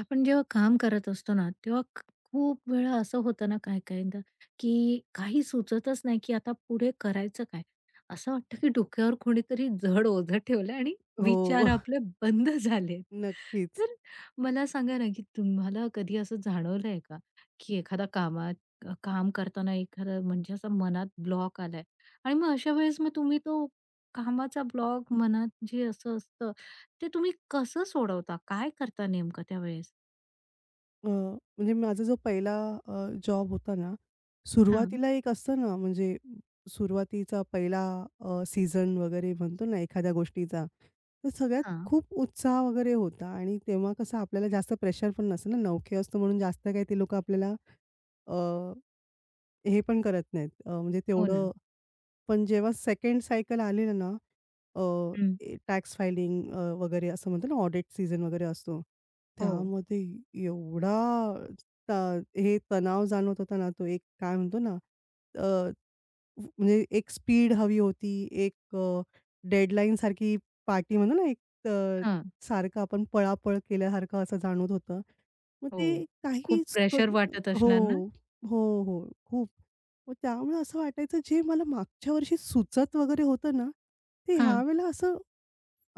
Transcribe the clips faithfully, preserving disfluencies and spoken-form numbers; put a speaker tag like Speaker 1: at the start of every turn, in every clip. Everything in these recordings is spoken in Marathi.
Speaker 1: आपण जेव्हा काम करत असतो ना, तेव्हा ख खूप वेळा असं होतं ना काही-काहींदा, की काही सुचतच नाही, की आता पुढे करायचं काय? असं वाटतं, की डोक्यावर कोणीतरी जड ओझं ठेवलंय आणि विचार
Speaker 2: हो.
Speaker 1: आपले बंद झालेत.
Speaker 2: नक्कीच.
Speaker 1: तर मला सांगा ना, की तुम्हाला कधी असं जाणवलंय का, की एखादा कामात काम करताना एखादा म्हणजे असा मनात ब्लॉक आलाय आणि मग अशा वेळेस मग तुम्ही तो कामाचा ब्लॉक मनात जे असं असतं, ते तुम्ही कसं सोडवता? काय करता नेमकं त्यावेळेस?
Speaker 2: अ, म्हणजे माझा जो पहिला अ, जॉब होता ना,
Speaker 1: हां,
Speaker 2: सुरुवातीला एक असतं ना, म्हणजे सुरुवातीचा पहिला अ, सीझन वगैरे म्हणतो ना एखाद्या गोष्टीचा, तर सगळ्यात
Speaker 1: हां.
Speaker 2: खूप उत्साह वगैरे होता आणि तेव्हा कसं आपल्याला जास्त प्रेशर पण नसतं ना, नवखे असतो म्हणून जास्त काही ते लोकं आपल्याला अ, हे पण करत नाहीत. अ, म्हणजे
Speaker 1: हो ना.
Speaker 2: तेवढं पण जेव्हा सेकंड सायकल आलेलं ना, अ,
Speaker 1: हं.
Speaker 2: टॅक्स फायलिंग अ, वगैरे असं म्हणतो ना, ऑडिट सीझन वगैरे असतो.
Speaker 1: हो.
Speaker 2: त्यामध्ये एवढा त हे तणाव जाणवत होता ना, तो एक काय म्हणतो ना, अ, म्हणजे एक स्पीड हवी होती, एक अ, डेडलाईनसारखी पार्टी म्हणतो ना, एक अ,
Speaker 1: हां.
Speaker 2: सारखं आपण पळापळ केल्यासारखं असं जाणवत होतं. मग
Speaker 1: हो.
Speaker 2: ते
Speaker 1: खूप
Speaker 2: काहीच क-
Speaker 1: प्रेशर वाटत असणार ना?
Speaker 2: हो, हो, हो. खूप. मग त्यामुळे असं वाटायचं जे मला मागच्या वर्षी सुचत वगैरे होतं ना, ते
Speaker 1: हां.
Speaker 2: ह्यावेळेला असं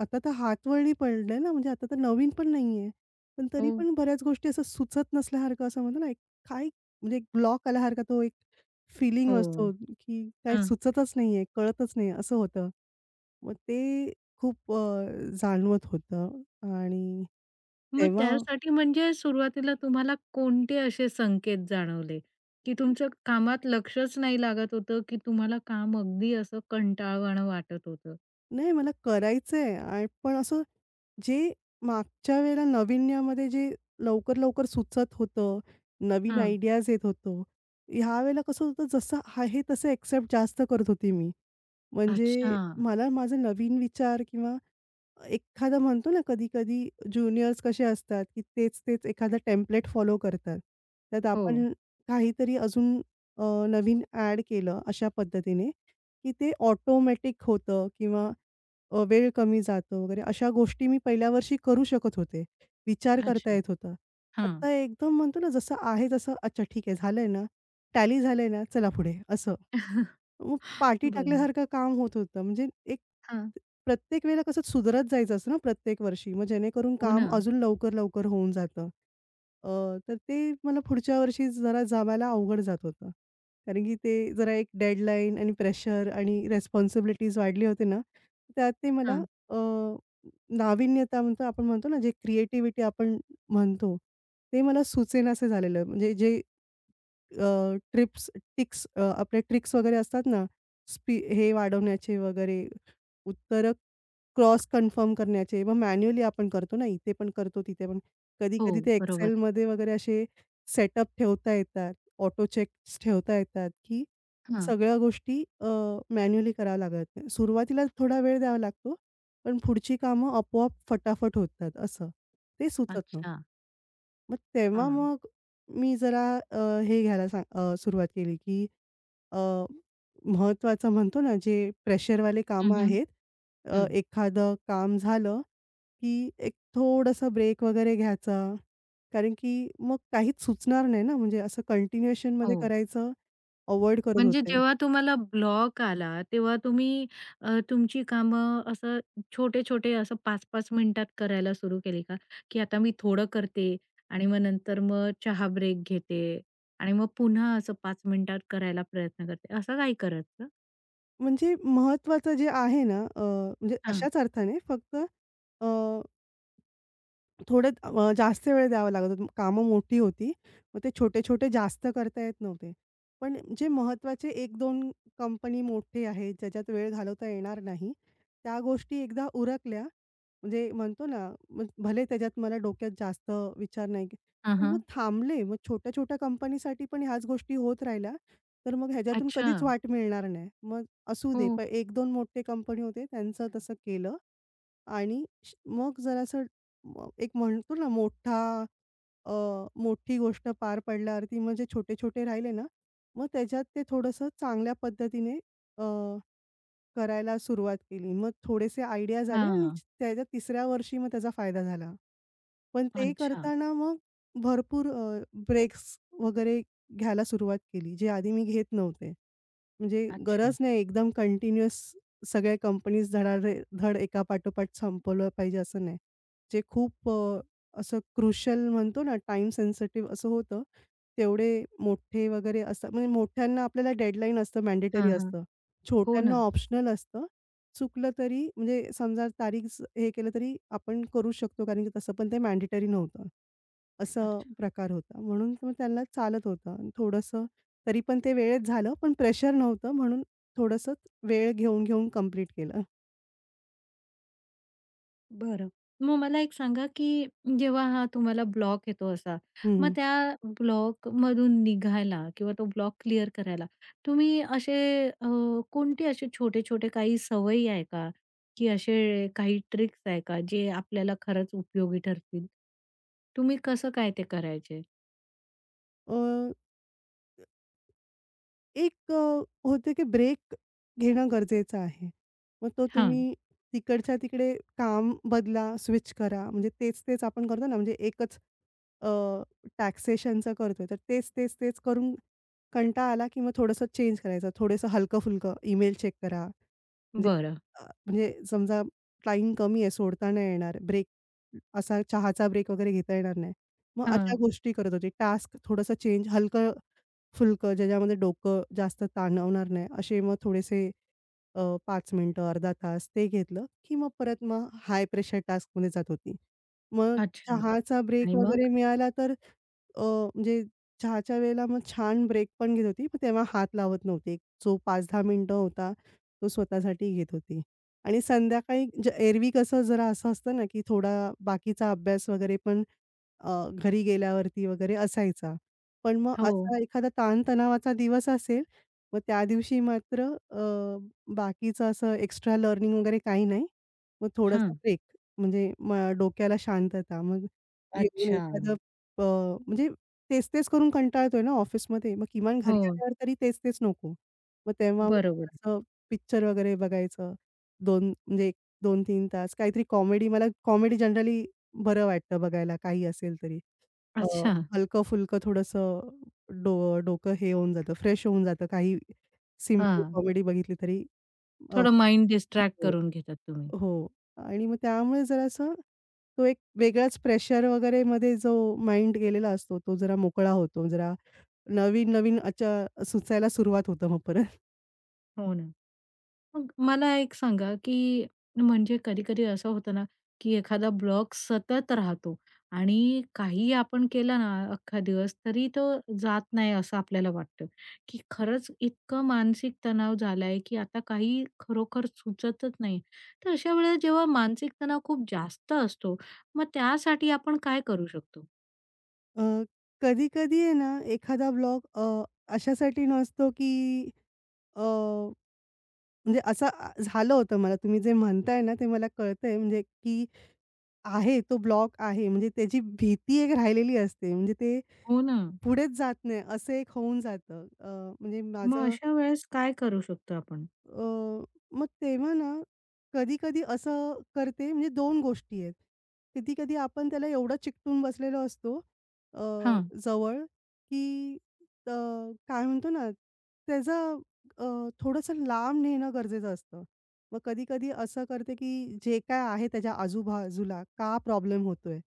Speaker 2: आता तर हातवळणी पडलंय ना, म्हणजे आता तर नवीन पण नाहीये. पण तरी
Speaker 1: हो.
Speaker 2: पण बऱ्याच गोष्टी असं सुचत नसल्यासारखं असं म्हणतो ना, एक काय म्हणजे एक ब्लॉक आल्यासारखा तो एक फीलिंग
Speaker 1: हो.
Speaker 2: असतो, की काही
Speaker 1: हां.
Speaker 2: सुचतच नाहीये, कळतच नाही असं होतं. मग ते खूप अ, जाणवत होतं आणि
Speaker 1: मग
Speaker 2: तेव्हा
Speaker 1: त्यासाठी म्हणजे सुरुवातीला तुम्हाला कोणते असे संकेत जाणवले, की तुमचं कामात लक्षच नाही लागत होतं, की तुम्हाला काम अगदी असं कंटाळवाणं वाटत होतं?
Speaker 2: नाही मला करायचंय आणि पण असं जे मागच्या वेळेला नाविन्यामध्ये जे लवकर-लवकर सुचत होतं, नवीन
Speaker 1: हां.
Speaker 2: आयडियाज येत होतो. ह्यावेळेला कसं होतं जसं आहे तसं एक्सेप्ट जास्त करत होते मी.
Speaker 1: अच्छा.
Speaker 2: म्हणजे मला माझे नवीन विचार किंवा एखादा म्हणतो ना, कधी-कधी ज्युनियर्स कसे असतात, की तेच-तेच एखादा टेम्पलेट फॉलो करतात. त्यात
Speaker 1: हो.
Speaker 2: आपण काहीतरी अजून अ, नवीन ॲड केलं अशा पद्धतीने, की ते ऑटोमॅटिक होतं किंवा अ, वेळ कमी जातो वगैरे अशा गोष्टी मी पहिल्या वर्षी करू शकत होते. विचार करता
Speaker 1: अच्छा.
Speaker 2: येत होता.
Speaker 1: हां.
Speaker 2: आता एकदम म्हणतो ना, जसं आहे तसं अच्छा ठीक आहे झालंय ना, टॅली झालंय ना, चला पुढे असं. मग पाठी
Speaker 1: बरं.
Speaker 2: टाकल्यासारखं काम होत होतं. म्हणजे एक
Speaker 1: हां.
Speaker 2: प्रत्येक वेळेला कसं सुधरत जायचं असतं ना प्रत्येक वर्षी. मग जेणेकरून
Speaker 1: हो
Speaker 2: काम
Speaker 1: ना.
Speaker 2: अजून लवकर-लवकर होऊन जातं. अ, तर ते मला पुढच्या वर्षी जरा जमायला अवघड जात होतं. कारण की ते जरा एक डेडलाईन आणि प्रेशर आणि रिस्पॉन्सिबिलिटीज वाढली होती ना, त्यात ते मला
Speaker 1: हां.
Speaker 2: अ, नाविन्यता म्हणतो आपण म्हणतो ना, जे क्रिएटिव्हिटी आपण म्हणतो, ते मला सुचेनासे झालेलं. म्हणजे जे अ, ट्रिप्स टिक्स अ, आपले ट्रिक्स वगैरे असतात ना, स्पी हे वाढवण्याचे वगैरे, उत्तरं क्रॉस कन्फर्म करण्याचे. मग मॅन्युअली आपण करतो ना, इथे पण करतो, तिथे पण.
Speaker 1: हो,
Speaker 2: कधी-कधी ते
Speaker 1: बरोबर.
Speaker 2: Excelमध्ये वगैरे असे सेटअप ठेवता येतात, ऑटो चेक्स ठेवता येतात, की
Speaker 1: हां.
Speaker 2: सगळ्या गोष्टी अ, मॅन्युअली कराव्या लागत नाही. सुरुवातीला थोडा वेळ द्यावा लागतो, पण पुढची कामं आपोआप फटाफट होतात असं. ते सुचत
Speaker 1: अच्छा.
Speaker 2: मग तेव्हा
Speaker 1: हां.
Speaker 2: मग मी जरा अ, हे घ्यायला सांग अ, सुरुवात केली, की अ, महत्त्वाचं म्हणतो ना, जे प्रेशरवाले
Speaker 1: हं,
Speaker 2: कामं
Speaker 1: हं.
Speaker 2: आहेत, अ,
Speaker 1: हं.
Speaker 2: एखादं काम झालं, की एक थोडंसं ब्रेक वगैरे घ्यायचा. कारण की मग काहीच सुचणार नाही ना, म्हणजे असं कंटिन्युएशनमध्ये
Speaker 1: हो.
Speaker 2: करायचं अव्हॉइड करत
Speaker 1: म्हणजे
Speaker 2: होते.
Speaker 1: जेव्हा तुम्हाला ब्लॉक आला, तेव्हा तुम्ही अ, तुमची कामं असं छोटे-छोटे असं पाच पाच मिनिटात करायला सुरू केली का? की आता मी थोडं करते आणि मग नंतर मग चहा ब्रेक घेते आणि मग पुन्हा असं पाच मिनिटात करायला प्रयत्न करते, असं काही करायचं?
Speaker 2: म्हणजे महत्त्वाचं जे आहे ना, अ, म्हणजे
Speaker 1: हां.
Speaker 2: अशाच अर्थाने फक्त थोडं अ, जास्त वेळ द्यावा लागत होता. कामं मोठी होती. मग ते छोटे-छोटे जास्त करता येत नव्हते. पण जे महत्त्वाचे एक दोन कंपनी मोठे आहेत, ज्याच्यात वेळ घालवता येणार नाही, त्या गोष्टी एकदा उरकल्या, म्हणजे म्हणतो ना, मग भले त्याच्यात मला डोक्यात जास्त विचार नाही के
Speaker 1: हां,
Speaker 2: पण मग
Speaker 1: हां.
Speaker 2: थांबले. मग छोट्या-छोट्या कंपनीसाठी पण ह्याच गोष्टी होत राहिल्या, तर मग ह्याच्यातून
Speaker 1: अच्छा.
Speaker 2: कधीच वाट मिळणार नाही. मग असू दे.
Speaker 1: हो.
Speaker 2: पण एक दोन मोठे कंपनी होते, त्यांचं तसं केलं. आणि श मग जरासं म एक म्हणतो ना मोठा अ, मोठी गोष्ट पार पडल्यावरती मग जे छोटे-छोटे राहिले ना, मग त्याच्यात ते थोडंसं चांगल्या पद्धतीने अ, करायला सुरुवात केली. मग थोडेसे आयडिया झाले आणि
Speaker 1: हां.
Speaker 2: त्याच्या तिसऱ्या वर्षी मग त्याचा फायदा झाला. पण ते
Speaker 1: अच्छा,
Speaker 2: करताना मग भरपूर ब्रेक्स वगैरे घ्यायला सुरुवात केली, जे आधी मी घेत नव्हते. म्हणजे
Speaker 1: अच्छा.
Speaker 2: गरज नाही एकदम कंटिन्युअस सगळ्या कंपनीज धडाधड एकापाठोपाठ संपवलं पाहिजे असं नाही. जे खूप अ, असं क्रुशियल म्हणतो ना टाइम सेन्सिटिव्ह असं होतं. तेवढे मोठे वगैरे असतात म्हणजे मोठ्यांना आपल्याला डेडलाईन असतं मॅन्डेटरी
Speaker 1: हां, हां.
Speaker 2: असतं.
Speaker 1: हो
Speaker 2: छोट्यांना
Speaker 1: ना.
Speaker 2: ऑप्शनल असतं. चुकलं तरी म्हणजे समजा तारीख स हे केलं तरी आपण करू शकतो कारण की तसं पण ते मॅन्डेटरी नव्हतं. असं प्रकार होता. म्हणून मग त्यांना चालत होतं. थोडंसं तरी पण ते वेळेत झालं पण प्रेशर नव्हतं म्हणून थोडंसं वेळ घेऊन, घेऊन कंप्लीट केलं.
Speaker 1: बरं. मग मला एक सांगा, की जेव्हा हा तुम्हाला ब्लॉक येतो असा, मग
Speaker 2: हं.
Speaker 1: त्या ब्लॉकमधून निघायला किंवा तो ब्लॉक क्लिअर करायला तुम्ही असे अ, कोणते असे छोटे-छोटे काही सवयी आहे का? की असे काही ट्रिक्स आहे का, जे आपल्याला खरंच उपयोगी ठरतील? तुम्ही कसं काय ते करायचे?
Speaker 2: एक अ, होतं की ब्रेक घेणं गरजेचं आहे. मग तो
Speaker 1: हां.
Speaker 2: तुम्ही तिकडच्या तिकडे काम बदला, स्विच करा. म्हणजे तेच-तेच आपण करतो ना, म्हणजे एकच अ, टॅक्सेशनचं करतोय, तर तेच-तेच-तेच करून कंटाळा आला, की मग थोडंसं चेंज करायचं. थोडंसं हलकं-फुलकं ईमेल चेक करा. म्हणजे
Speaker 1: बरं.
Speaker 2: अ, म्हणजे समजा टाईम कमी आहे, सोडता नाही येणार. ब्रेक असा चहाचा ब्रेक वगैरे घेता येणार नाही. मग
Speaker 1: हां.
Speaker 2: अशा गोष्टी करत होते. टास्क थोडंसं चेंज हलकं फुलकं ज्याच्यामध्ये डोकं जास्त ताणवणार नाही असे मग थोडेसे अ, पाच मिनिटं, अर्धा तास ते घेतलं, की मग परत मग हाय प्रेशर टास्कमध्ये जात होती. मग
Speaker 1: अच्छा.
Speaker 2: चहाचा ब्रेक
Speaker 1: आणि मग?
Speaker 2: वगैरे मिळाला तर अ, म्हणजे चहाच्या वेळेला मग छान ब्रेक पण घेत होती, पण तेव्हा हात लावत नव्हती. एक जो पाच दहा मिनिटं होता, तो स्वतःसाठी घेत होती. आणि संध्याकाळी ज एरवी कसं जरा असं असतं ना, की थोडा बाकीचा अभ्यास वगैरे पण अ, घरी गेल्यावरती वगैरे असायचा. पण मग
Speaker 1: हो.
Speaker 2: असा एखादा ताणतणावाचा दिवस असेल, मग त्या दिवशी मात्र अ, बाकीचं असं एक्स्ट्रा लर्निंग वगैरे काही नाही. मग थोडासा
Speaker 1: हां.
Speaker 2: ब्रेक म्हणजे म डोक्याला शांतता. मग येऊन
Speaker 1: अच्छा.
Speaker 2: एखादं अ, म्हणजे तेच-तेच करून कंटाळतोय ना ऑफिसमध्ये, मग किमान घरी
Speaker 1: हो.
Speaker 2: आल्यावर तरी तेच-तेच नको. मग तेव्हा मग
Speaker 1: बरोबर.
Speaker 2: थोडंसं पिक्चर वगैरे बघायचं. दोन म्हणजे दोन तीन तास काहीतरी कॉमेडी मला कॉमेडी जनरली बरं वाटतं बघायला काही असेल तरी. अ,
Speaker 1: अच्छा.
Speaker 2: हलकं-फुलकं थोडंसं डो डोकं हे होऊन जातं, फ्रेश होऊन जातं. काही सिम्पल
Speaker 1: हां.
Speaker 2: कॉमेडी बघितली तरी अ,
Speaker 1: थोडं माइंड डिस्ट्रॅक्ट
Speaker 2: हो,
Speaker 1: करून घेतात तुम्ही.
Speaker 2: हो. आणि मग त्यामुळे जरासं तो एक वेगळाच प्रेशर वगैरेमध्ये जो माइंड गेलेला असतो, तो जरा मोकळा होतो. जरा नवीन-नवीन अच्छा सुचायला सुरुवात होतं मग परत.
Speaker 1: हो ना. मग मला एक सांगा, की म्हणजे कधी-कधी असं होतं ना, की एखादा ब्लॉक सतत राहतो आणि काही आपण केलं ना अख्खा दिवस, तरी तो जात नाही असं आपल्याला वाटतं, की खरंच इतकं मानसिक तणाव झालाय, की आता काही खरोखर सुचतच नाही. तर अशा वेळेला जेव्हा मानसिक तणाव खूप जास्त असतो, मग त्यासाठी आपण काय करू शकतो?
Speaker 2: अ, कधी-कधी आहे ना, एखादा ब्लॉग अ, अशासाठी नसतो की अ म्हणजे असं आ झालं होतं मला. तुम्ही जे म्हणताय ना, ते मला कळतंय म्हणजे की आहे तो ब्लॉक आहे. म्हणजे त्याची भीती एक राहिलेली असते. म्हणजे ते
Speaker 1: हो ना.
Speaker 2: पुढेच जात नाही असं एक होऊन जातं. अ, म्हणजे
Speaker 1: मग
Speaker 2: माझं
Speaker 1: अशा वेळेस काय करू शकतो आपण?
Speaker 2: अ, मग तेव्हा ना, कधी-कधी असं करते म्हणजे दोन गोष्टी आहेत. कधी-कधी आपण त्याला एवढं चिकटून बसलेलो असतो अ,
Speaker 1: हां.
Speaker 2: जवळ, की अ, काय म्हणतो ना, त्याचा अ, थोडंसं लांब नेणं गरजेचं असतं. मग कधी-कधी असं करते, की जे काय आहे त्याच्या आजूबाजूला का प्रॉब्लेम होतोय?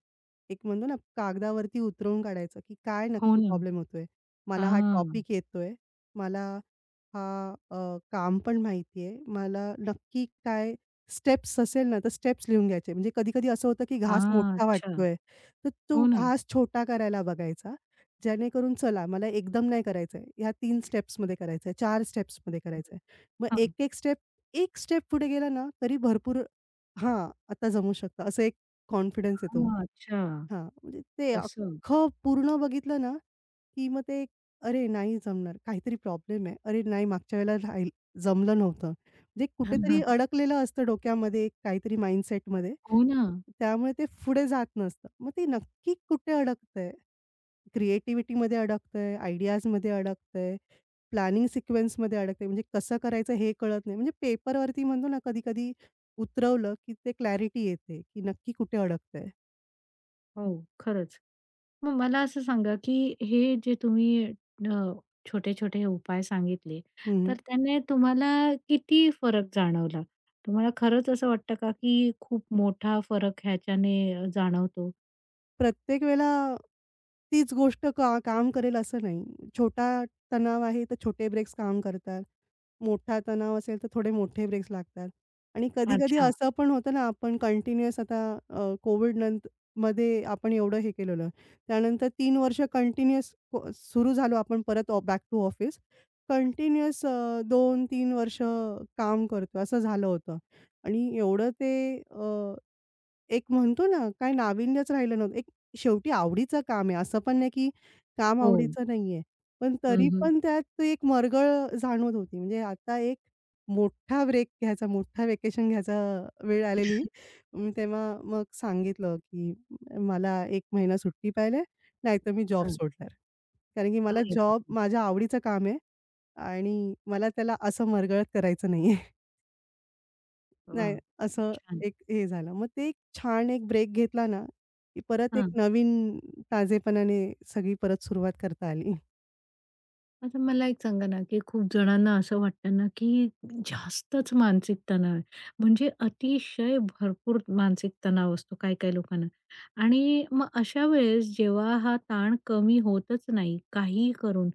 Speaker 2: एक म्हणतो ना, कागदावरती उतरवून काढायचं, की काय
Speaker 1: हो
Speaker 2: नक्की
Speaker 1: ना.
Speaker 2: प्रॉब्लेम होतोय? मला हा
Speaker 1: हां.
Speaker 2: टॉपिक येतोय. मला हा अ, काम पण माहिती आहे. मला नक्की काय स्टेप्स असेल ना, तर स्टेप्स लिहून घ्यायचे. म्हणजे कधी-कधी असं होतं, की घास
Speaker 1: हां.
Speaker 2: मोठा
Speaker 1: अच्छा.
Speaker 2: वाटतोय, तर तो
Speaker 1: हो ना.
Speaker 2: घास छोटा करायला बघायचा. जेणेकरून चला मला एकदम नाही करायचंय. ह्या तीन स्टेप्समध्ये करायचंय, चार स्टेप्समध्ये
Speaker 1: सोबत.
Speaker 2: करायचंय. मग
Speaker 1: हां.
Speaker 2: एक-एक स्टेप, एक स्टेप पुढे गेला ना, तरी भरपूर हां, आता जमू शकतं. असं एक कॉन्फिडन्स येतो.
Speaker 1: हां. अच्छा.
Speaker 2: हां, म्हणजे ते
Speaker 1: तसं.
Speaker 2: अख्खं पूर्ण बघितलं ना, की मग ते अरे नाही जमणार, काहीतरी प्रॉब्लेम आहे. अरे नाही मागच्या वेळेला राहील जमलं नव्हतं. म्हणजे कुठेतरी अडकलेलं असतं डोक्यामध्ये काहीतरी माइंडसेटमध्ये.
Speaker 1: हो ना.
Speaker 2: त्यामुळे ते पुढे जात नसतं. मग ते नक्की कुठे अडकतंय? क्रिएटिव्हिटीमध्ये अडकतंय, आयडियाजमध्ये अडकतंय, प्लॅनिंग सिक्वेन्समध्ये अडकतंय. म्हणजे कसं करायचं हे कळत नाही. म्हणजे पेपरवरती म्हणतो ना, कधी-कधी उतरवलं की ते क्लॅरिटी येते, की नक्की कुठे अडकतंय.
Speaker 1: हो, खरंच. मग मला असं सांगा, की हे जे तुम्ही अ, छोटे-छोटे उपाय सांगितले, तर त्याने तुम्हाला किती फरक जाणवला? तुम्हाला खरंच असं वाटतं का, की खूप मोठा फरक ह्याच्याने अ, जाणवतो?
Speaker 2: प्रत्येक वेळेला तीच गोष्ट का काम करेल असं नाही. छोटा तणाव आहे, तर छोटे ब्रेक्स काम करतात. मोठा तणाव असेल, तर थोडे मोठे ब्रेक्स लागतात. आणि कधी-कधी
Speaker 1: अच्छा.
Speaker 2: असं पण होतं ना, आपण कंटिन्युअस आता अ, कोविड नंतर मध्ये आपण एवढं हे केलेलं. त्यानंतर तीन वर्ष कंटिन्युअस सुरू झालो आपण परत बॅक टू ऑफिस. कंटिन्युअस अ, दोन वर्ष काम करतो असं झालं होतं. आणि एवढं ते एक म्हणतो ना, काही नाविन्यच राहिलं नव्हतं. एक शेवटी आवडीचं काम आहे. असं पण नाही, की काम
Speaker 1: हो.
Speaker 2: आवडीचं नाहीये. पण
Speaker 1: हं,
Speaker 2: तरी
Speaker 1: हं.
Speaker 2: पण त्यात एक मरगळ जाणवत होती. म्हणजे आता एक मोठा ब्रेक घ्यायचा, मोठा वेकेशन घ्यायचा वेळ आलेली. मी तेव्हा मग सांगितलं, की मला एक महिना सुट्टी पाहिजे, नाहीतर मी जॉब
Speaker 1: हं.
Speaker 2: सोडणार. कारण की मला
Speaker 1: अरे
Speaker 2: जॉब
Speaker 1: वाह!
Speaker 2: माझ्या आवडीचं काम आहे आणि मला त्याला असं मरगळत करायचं नाहीये.
Speaker 1: वाह!
Speaker 2: नाही,
Speaker 1: खूप
Speaker 2: असं
Speaker 1: छान.
Speaker 2: एक हे झालं. मग ते एक छान एक ब्रेक घेतला ना, की परत एक
Speaker 1: हां.
Speaker 2: नवीन ताजेपणाने सगळी परत सुरुवात करता आली.
Speaker 1: आता मला एक सांगा ना, की खूप जणांना असं वाटतं ना, की जास्तच मानसिक तणाव आहे. म्हणजे अतिशय भरपूर मानसिक तणाव असतो काही-काही लोकांना आणि मग अशा वेळेस जेव्हा हा ताण कमी होतच नाही काही करून,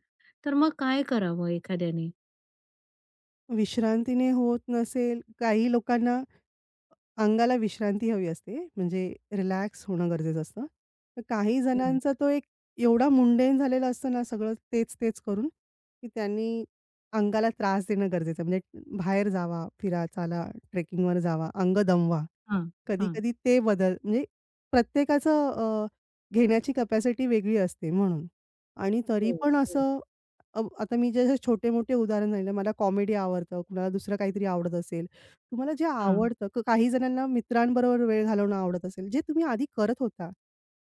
Speaker 1: तर मग काय करावं एखाद्याने?
Speaker 2: विश्रांतीने होत नसेल काही लोकांना अंगाला विश्रांती हवी असते, म्हणजे रिलॅक्स होणं गरजेचं असतं. तर काही
Speaker 1: हं.
Speaker 2: जणांचा तो एक एवढा मुंडेन झालेला असतो ना, सगळं तेच-तेच करून, की त्यांनी अंगाला त्रास देणं गरजेचं आहे. म्हणजे बाहेर जावा, फिरा, चाला, ट्रेकिंगवर जावा, अंग दमवा.
Speaker 1: हां, हां.
Speaker 2: कधी-कधी ते बदल म्हणजे प्रत्येकाचं अ, घेण्याची कपॅसिटी वेगळी असते म्हणून. आणि तरी
Speaker 1: हो,
Speaker 2: पण
Speaker 1: खरंय.
Speaker 2: असं अ, आता मी जे छोटे-मोठे उदाहरण सांगितलं, मला कॉमेडी आवडतं, कुणाला दुसरं काहीतरी आवडत असेल. तुम्हाला जे
Speaker 1: हां,
Speaker 2: आवडतं क काही जणांना मित्रांबरोबर वेळ घालवणं आवडत असेल, जे तुम्ही आधी करत होता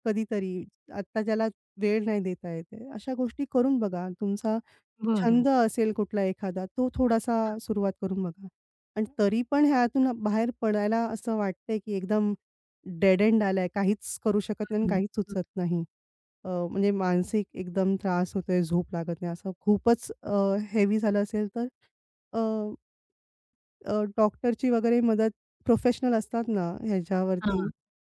Speaker 2: कधीतरी, आता ज्याला वेळ नाही देता येत अशा गोष्टी करून बघा. तुमचा
Speaker 1: बरं.
Speaker 2: छंद असेल कुठला एखादा, तो थोडासा
Speaker 1: हां,
Speaker 2: सुरुवात करून बघा. आणि तरी पण
Speaker 1: हां.
Speaker 2: ह्यातून बाहेर पडायला असं वाटतंय, की एकदम डेड एंड आलाय. काहीच करू शकत नाही आणि
Speaker 1: हं,
Speaker 2: काहीच
Speaker 1: हं.
Speaker 2: सुचत नाही. अ, म्हणजे मानसिक एकदम त्रास होतोय, झोप लागत नाही. असं खूपच हेवी झालं असेल तर अ, अ, डॉक्टरची वगैरे मदत प्रोफेशनल असतात ना ह्याच्यावरती,
Speaker 1: हां,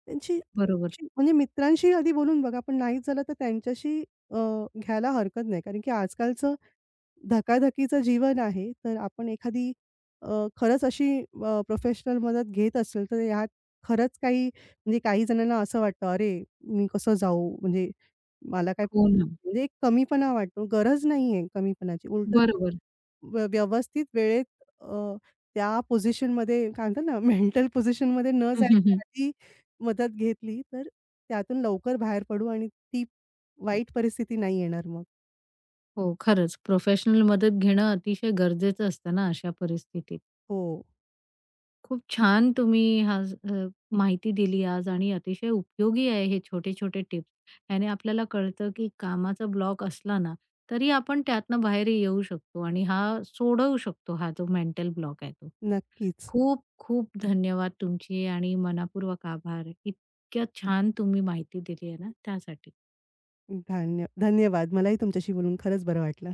Speaker 2: त्यांची
Speaker 1: बरोबर.
Speaker 2: शी म्हणजे मित्रांशी आधी बोलून बघा, पण नाहीच झालं तर त्यांच्याशी अ, घ्यायला हरकत नाही. कारण की आजकालचं धकाधकीचं जीवन आहे, तर आपण एखादी अ, खरंच अशी प्रोफेशनल मदत घेत असेल, तर ह्यात खरंच काही म्हणजे काही जणांना असं वाटतं, "अरे, मी कसं जाऊ? म्हणजे मला काय"
Speaker 1: हो ना.
Speaker 2: प्रॉब्लेम? म्हणजे एक कमीपणा वाटतो. गरज नाही आहे कमीपणाची. उलटं
Speaker 1: बरोबर.
Speaker 2: व्य व्यवस्थित वेळेत अ, त्या पोझिशनमध्ये काय म्हणतात ना, मेंटल पोझिशनमध्ये न
Speaker 1: हं, हं,
Speaker 2: जायच्या
Speaker 1: हं.
Speaker 2: आधी मदत घेतली, तर त्यातून लवकर बाहेर पडू आणि ती वाईट परिस्थिती नाही येणार मग.
Speaker 1: हो, खरंच प्रोफेशनल मदत घेणं अतिशय गरजेचं असतं ना अशा परिस्थितीत.
Speaker 2: हो,
Speaker 1: खूप छान तुम्ही आज अ, माहिती दिली आज आणि अतिशय उपयोगी आहे हे छोटे-छोटे टिप्स. याने आपल्याला कळतं की कामाचा ब्लॉक असला ना, तरी आपण त्यातनं बाहेर येऊ शकतो आणि हा सोडवू शकतो हा जो मेंटल ब्लॉक आहे तो.
Speaker 2: नक्कीच.
Speaker 1: खूप खूप धन्यवाद तुमचे आणि मनापूर्वक आभार. इतक्या छान तुम्ही माहिती दिली आहे ना त्यासाठी.
Speaker 2: धान्य धन्यवाद. मलाही तुमच्याशी बोलून खरंच बरं वाटलं.